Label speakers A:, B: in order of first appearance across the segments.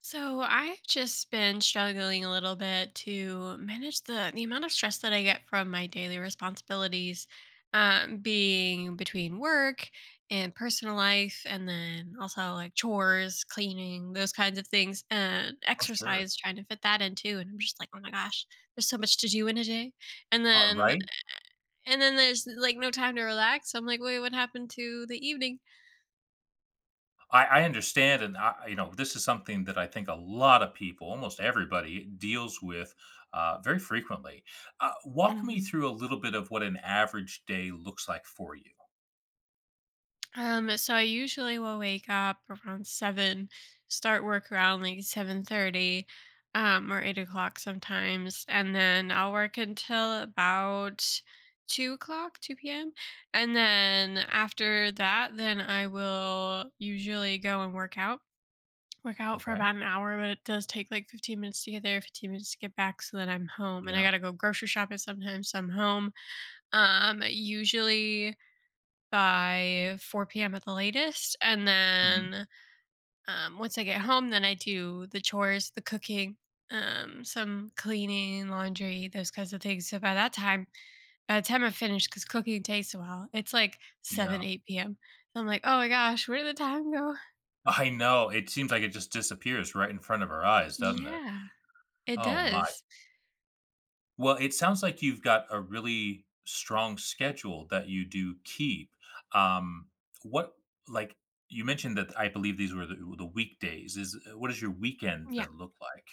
A: So I've just been struggling a little bit to manage the amount of stress that I get from my daily responsibilities, being between work and personal life, and then also like chores, cleaning, those kinds of things, and
B: Oh, sure.
A: exercise. Trying to fit that in too, and I'm just like, oh my gosh, there's so much to do in a day, and
B: Uh,
A: then
B: right?
A: and then there's like no time to relax. I'm like, wait, what happened to the evening?
B: I understand, and I, this is something that I think a lot of people, almost everybody, deals with, very frequently. Walk me through a little bit of what an average day looks like for you.
A: So I usually will wake up around seven, start work around like 7:30, or 8 o'clock sometimes, and then I'll work until about 2 o'clock, two p.m. And then after that, then I will usually go and work out. Work out for
B: Okay.
A: about an hour, but it does take like 15 minutes to get there, 15 minutes to get back. So then I'm home and I
B: Yeah.
A: got to go grocery shopping sometimes. So I'm home. Usually by 4 p.m. at the latest. And
B: Mhm.
A: then once I get home, then I do the chores, the cooking, some cleaning, laundry, those kinds of things. So by that time, by the time I finish, because cooking takes a while, it's like 7,
B: Yeah.
A: 8 p.m. I'm like, oh my gosh, where did the time go?
B: I know. It seems like it just disappears right in front of our eyes, doesn't it?
A: Yeah, it
B: Oh my.
A: does.
B: Well, it sounds like you've got a really strong schedule that you do keep. Um, what like you mentioned that I believe these were the weekdays. Is what does your weekend
A: Yeah.
B: then look like?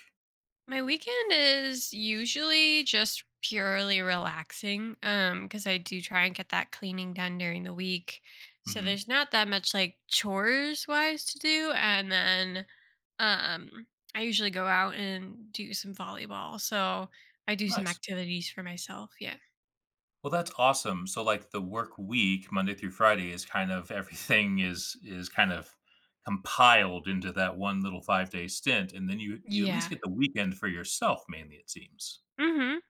A: My weekend is usually just purely relaxing because I do try and get that cleaning done during the week. So
B: Hmm.
A: there's not that much like chores wise to do, and then um I usually go out and do some volleyball. So I do some
B: Nice.
A: activities for myself. Yeah.
B: Well, that's awesome. So like the work week, Monday through Friday, is kind of everything is kind of compiled into that one little 5 day stint, and then you at least
A: Yeah.
B: get the weekend for yourself mainly. It seems.
A: Mhm.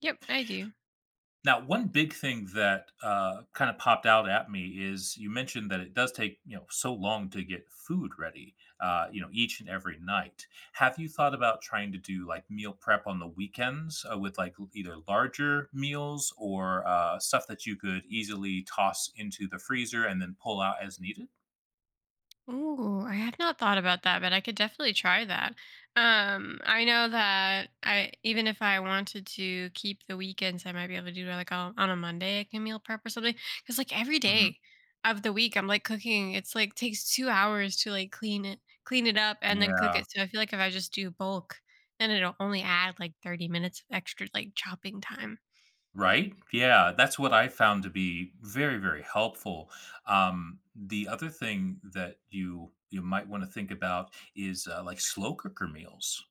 A: Yep, I do.
B: Now, one big thing that, kinda popped out at me is you mentioned that it does take, you know, so long to get food ready, you know, each and every night. Have you thought about trying to do, like, meal prep on the weekends, with, like, l either larger meals or, stuff that you could easily toss into the freezer and then pull out as needed?
A: Ooh, I have not thought about that, but I could definitely try that. I know that I even if I wanted to keep the weekends, I might be able to do like on a Monday, I can meal prep or something. Because like every
B: Mhm.
A: day of the week, I'm like cooking. It's like takes 2 hours to like clean it up, and then cook
B: Yeah.
A: it. So I feel like if I just do bulk, then it'll only add like 30 minutes of extra like chopping time.
B: Right? Yeah, that's what I found to be very, very helpful. The other thing that you might want to think about is like slow cooker meals.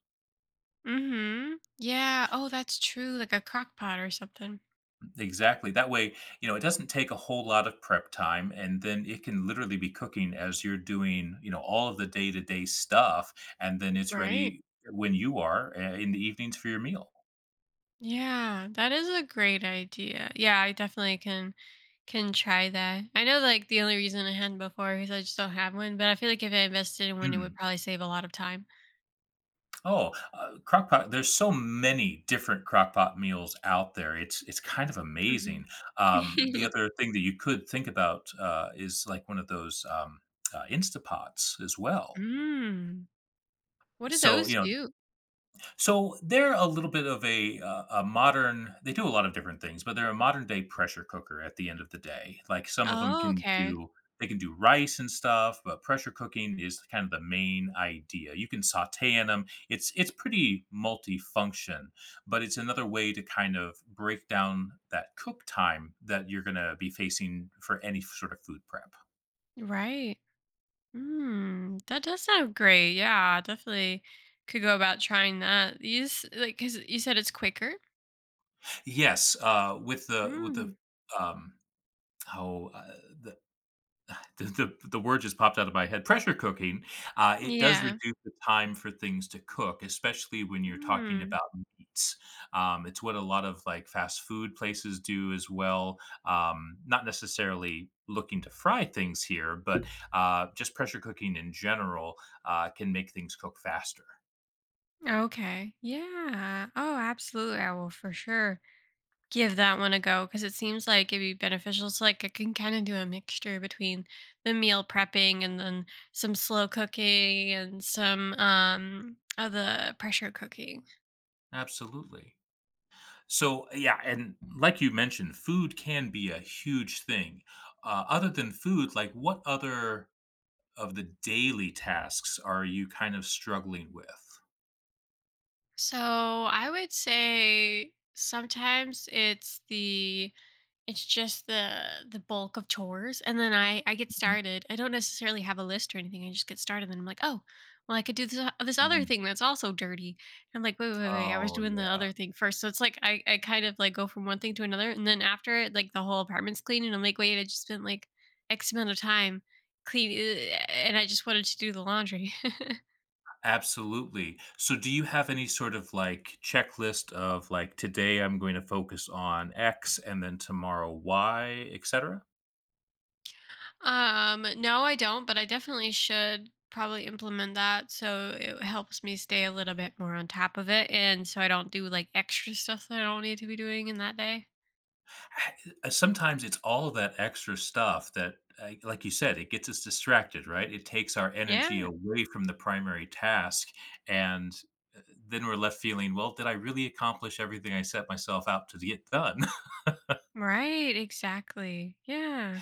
A: Mm-hmm. Yeah. Oh, that's true. Like a crock pot or something.
B: Exactly. That way, you know, it doesn't take a whole lot of prep time, and then it can literally be cooking as you're doing, you know, all of the day to day stuff, and then it's
A: Right.
B: ready when you are in the evenings for your meal.
A: Yeah, that is a great idea. Yeah, I definitely can try that. I know like the only reason I hadn't before is I just don't have one, but I feel like if I invested in one, it would
B: Hmm.
A: probably save a lot of time.
B: Oh, crockpot there's so many different crockpot meals out there, it's kind of amazing.
A: Hmm.
B: The other thing that you could think about, is, like, one of those, Instapots as well.
A: Mm. What do
B: So, you
A: those
B: know,
A: do?
B: so they're a little bit of a modern. They do a lot of different things, but they're a modern day pressure cooker. At the end of the day, like some of them
A: Oh,
B: can
A: okay.
B: do, they can do rice and stuff, but pressure cooking is kind of the main idea. You can saute in them. It's pretty multifunction, but it's another way to kind of break down that cook time that you're going to be facing for any sort of food prep.
A: Right. Mm. That does sound great. Yeah, definitely could go about trying that. You s like cuz you said it's quicker.
B: Yes, with the
A: Mm.
B: um, how the the word just popped out of my head, pressure cooking, it does
A: Yeah.
B: reduce the time for things to cook, especially when you're talking
A: Mm.
B: about meats. It's what a lot of, like, fast food places do as well, not necessarily looking to fry things here, but, just pressure cooking in general, can make things cook faster.
A: Okay. Yeah. Oh, absolutely. I will for sure. Give that one a go because it seems like it'd be beneficial. So like I can kind of do a mixture between the meal prepping and then some slow cooking and some of the pressure cooking.
B: Absolutely. So, yeah, and like you mentioned, food can be a huge thing. Other than food, like, what other of the daily tasks are you kind of struggling with?
A: So I would say sometimes it's the it's just the bulk of chores, and then I get
B: Mhm,
A: started. I don't necessarily have a list or anything. I just get started, and I'm like, oh, well, I could do this other
B: mhm.
A: thing that's also dirty. I'm like, wait, wait, wait. I was
B: Oh,
A: doing the
B: yeah,
A: other thing first, so it's like I kind of like go from one thing to another, and then after it, like the whole apartment's clean, and I'm like, wait, I just spent like X amount of time clean, eh, and I just wanted to do the laundry.
B: absolutely. So do you have any sort of, like, checklist of, like, "Today I'm going to focus on X, and then tomorrow Y," et cetera?
A: No, I don't, but I definitely should probably implement that so it helps me stay a little bit more on top of it and so I don't do like extra stuff that I don't need to be doing in that day.
B: Sometimes it's all that extra stuff that, like you said, it gets us distracted, right? It takes our energy
A: Yeah,
B: away from the primary task, and, uh, then we're left feeling, "Well, did I really accomplish everything I set myself out to get done?"
A: right, exactly. Yeah.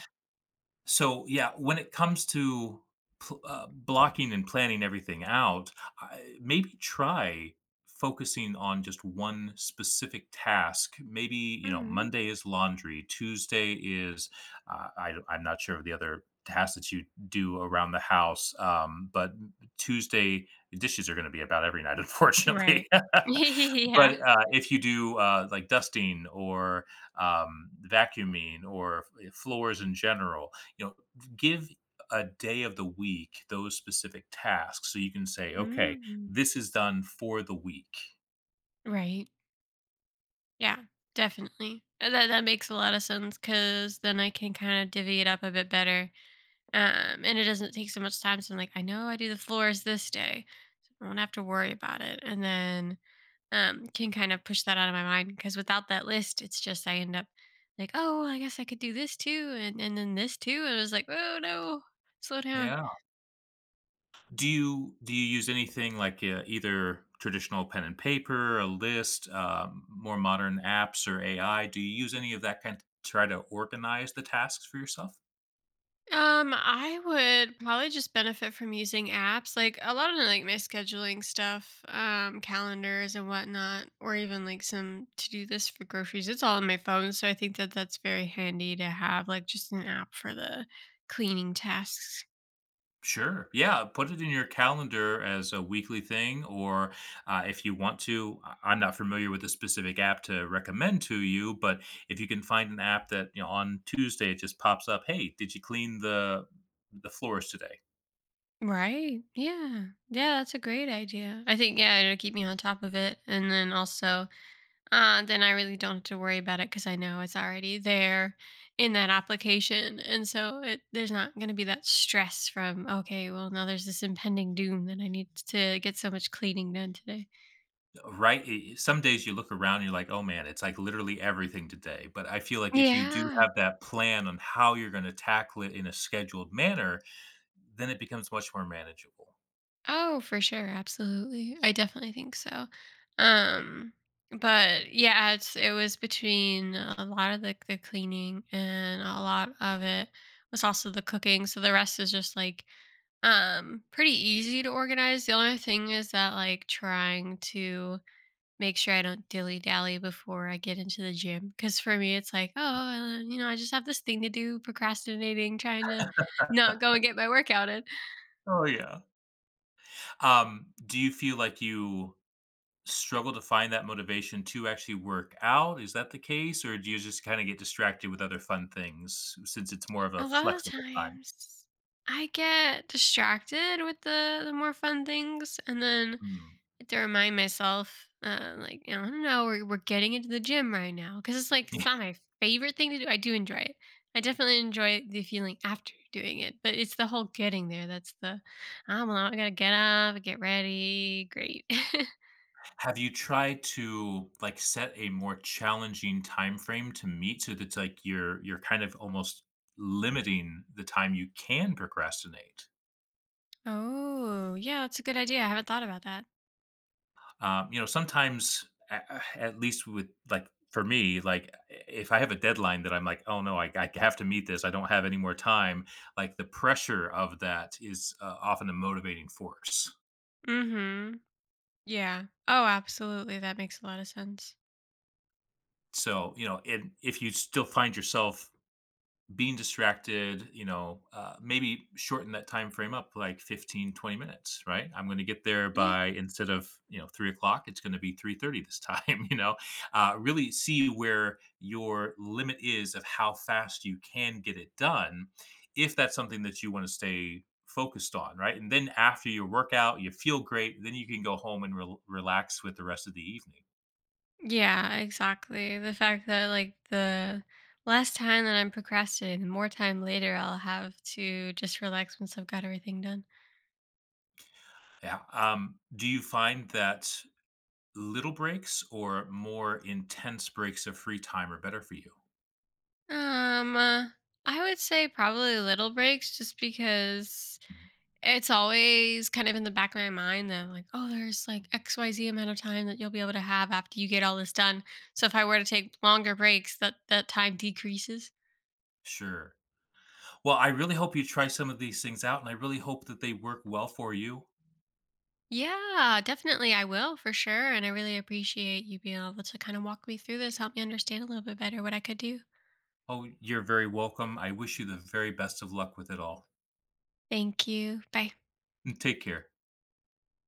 B: So, yeah, when it comes to pl blocking and planning everything out, I maybe try focusing on just one specific task. Maybe, you know,
A: Mhm.
B: Monday is laundry, Tuesday is I'm not sure of the other tasks that you do around the house, but Tuesday dishes are gonna be about every night,
A: Right.
B: unfortunately.
A: Yeah.
B: But, if you do, like, dusting or, vacuuming or f floors in general, you know, give a day of the week those specific tasks so you can say, "Okay,
A: Mhm.
B: this is done for the week."
A: Right. Yeah, definitely. That makes a lot of sense cuz then I can kind of divvy it up a bit better. And it doesn't take so much time. So I'm like, I know I do the floors this day. So I won't have to worry about it. And then can kind of push that out of my mind because without that list, it's just I end up like, oh, well, I guess I could do this too, and then this too. And it was like, oh no, slow down.
B: Yeah. Do you use anything like, either traditional pen and paper, a list, more modern apps or AI? Do you use any of that kind to try to organize the tasks for yourself?
A: I would probably just benefit from using apps, like a lot of like my scheduling stuff, calendars and whatnot, or even like some to do list for groceries. It's all on my phone, so I think that that's very handy to have like just an app for the cleaning tasks.
B: Sure. Yeah. Put it in your calendar as a weekly thing, or if you want to. I'm not familiar with a specific app to recommend to you, but if you can find an app that you know on Tuesday it just pops up, hey, did you clean the floors today?
A: Right. Yeah. Yeah, that's a great idea. I think yeah, it'll keep me on top of it, and then also then I really don't have to worry about it because I know it's already there in that application. And so it, there's not going to be that stress from, okay, well, now there's this impending doom that I need to get so much cleaning done today.
B: Right. Some days you look around, and you're like, oh man, it's like literally everything today. But I feel like if you do
A: Yeah.
B: have that plan on how you're going to tackle it in a scheduled manner, then it becomes much more manageable.
A: Oh, for sure. Absolutely. I definitely think so. Um, but yeah, it was between a lot of the cleaning, and a lot of it was also the cooking. So the rest is just like pretty easy to organize. The only thing is that like trying to make sure I don't dilly dally before I get into the gym. Because for me, it's like, oh, you know, I just have this thing to do, procrastinating, trying to not go and get my workout in.
B: Oh yeah. Do you feel like you struggle to find that motivation to actually work out? Is that the case, or do you just kinda get distracted with other fun things since it's more of a
A: A lot of the
B: flexible time?
A: times, I get distracted with the more fun things, and then
B: Mm.
A: have to remind myself, like, you know, I don't know, we're getting into the gym right now. Cause it's like, it's
B: Yeah.
A: not my favorite thing to do. I do enjoy it. I definitely enjoy the feeling after doing it, but it's the whole getting there. That's the, oh, well, I gotta get up, get ready. Great.
B: Have you tried to, like, set a more challenging time frame to meet so that's, like, you're kind of almost limiting the time you can procrastinate?
A: Oh, yeah, that's a good idea. I haven't thought about that.
B: You know, sometimes, at least with like for me, like if I have a deadline that I'm like, oh no, I have to meet this, I don't have any more time. Like the pressure of that is often a motivating force.
A: Mm hmm. Yeah. Oh, absolutely. That makes a lot of sense.
B: So you know, and if you still find yourself being distracted, you know, maybe shorten that time frame up like 15, 20 minutes. Right, I'm going to get there
A: Yeah.
B: by, instead of, you know, 3 o'clock, it's going to be 3:30 this time. You know, really see where your limit is of how fast you can get it done if that's something that you want to stay focused on. Right, and then after your workout you feel great, then you can go home and relax with the rest of the evening.
A: Yeah, exactly. The fact that like the less time that I'm procrastinating, the more time later I'll have to just relax once I've got everything done.
B: Yeah. Do you find that little breaks or more intense breaks of free time are better for you?
A: Um, uh, I would say probably little breaks just because it's always kind of in the back of my mind that like, oh, there's like XYZ amount of time that you'll be able to have after you get all this done. So if I were to take longer breaks, that time decreases.
B: Sure. Well, I really hope you try some of these things out, and I really hope that they work well for you.
A: Yeah, definitely. I will for sure. And I really appreciate you being able to kind of walk me through this, help me understand a little bit better what I could do.
B: Oh, you're very welcome. I wish you the very best of luck with it all.
A: Thank you. Bye.
B: Take care.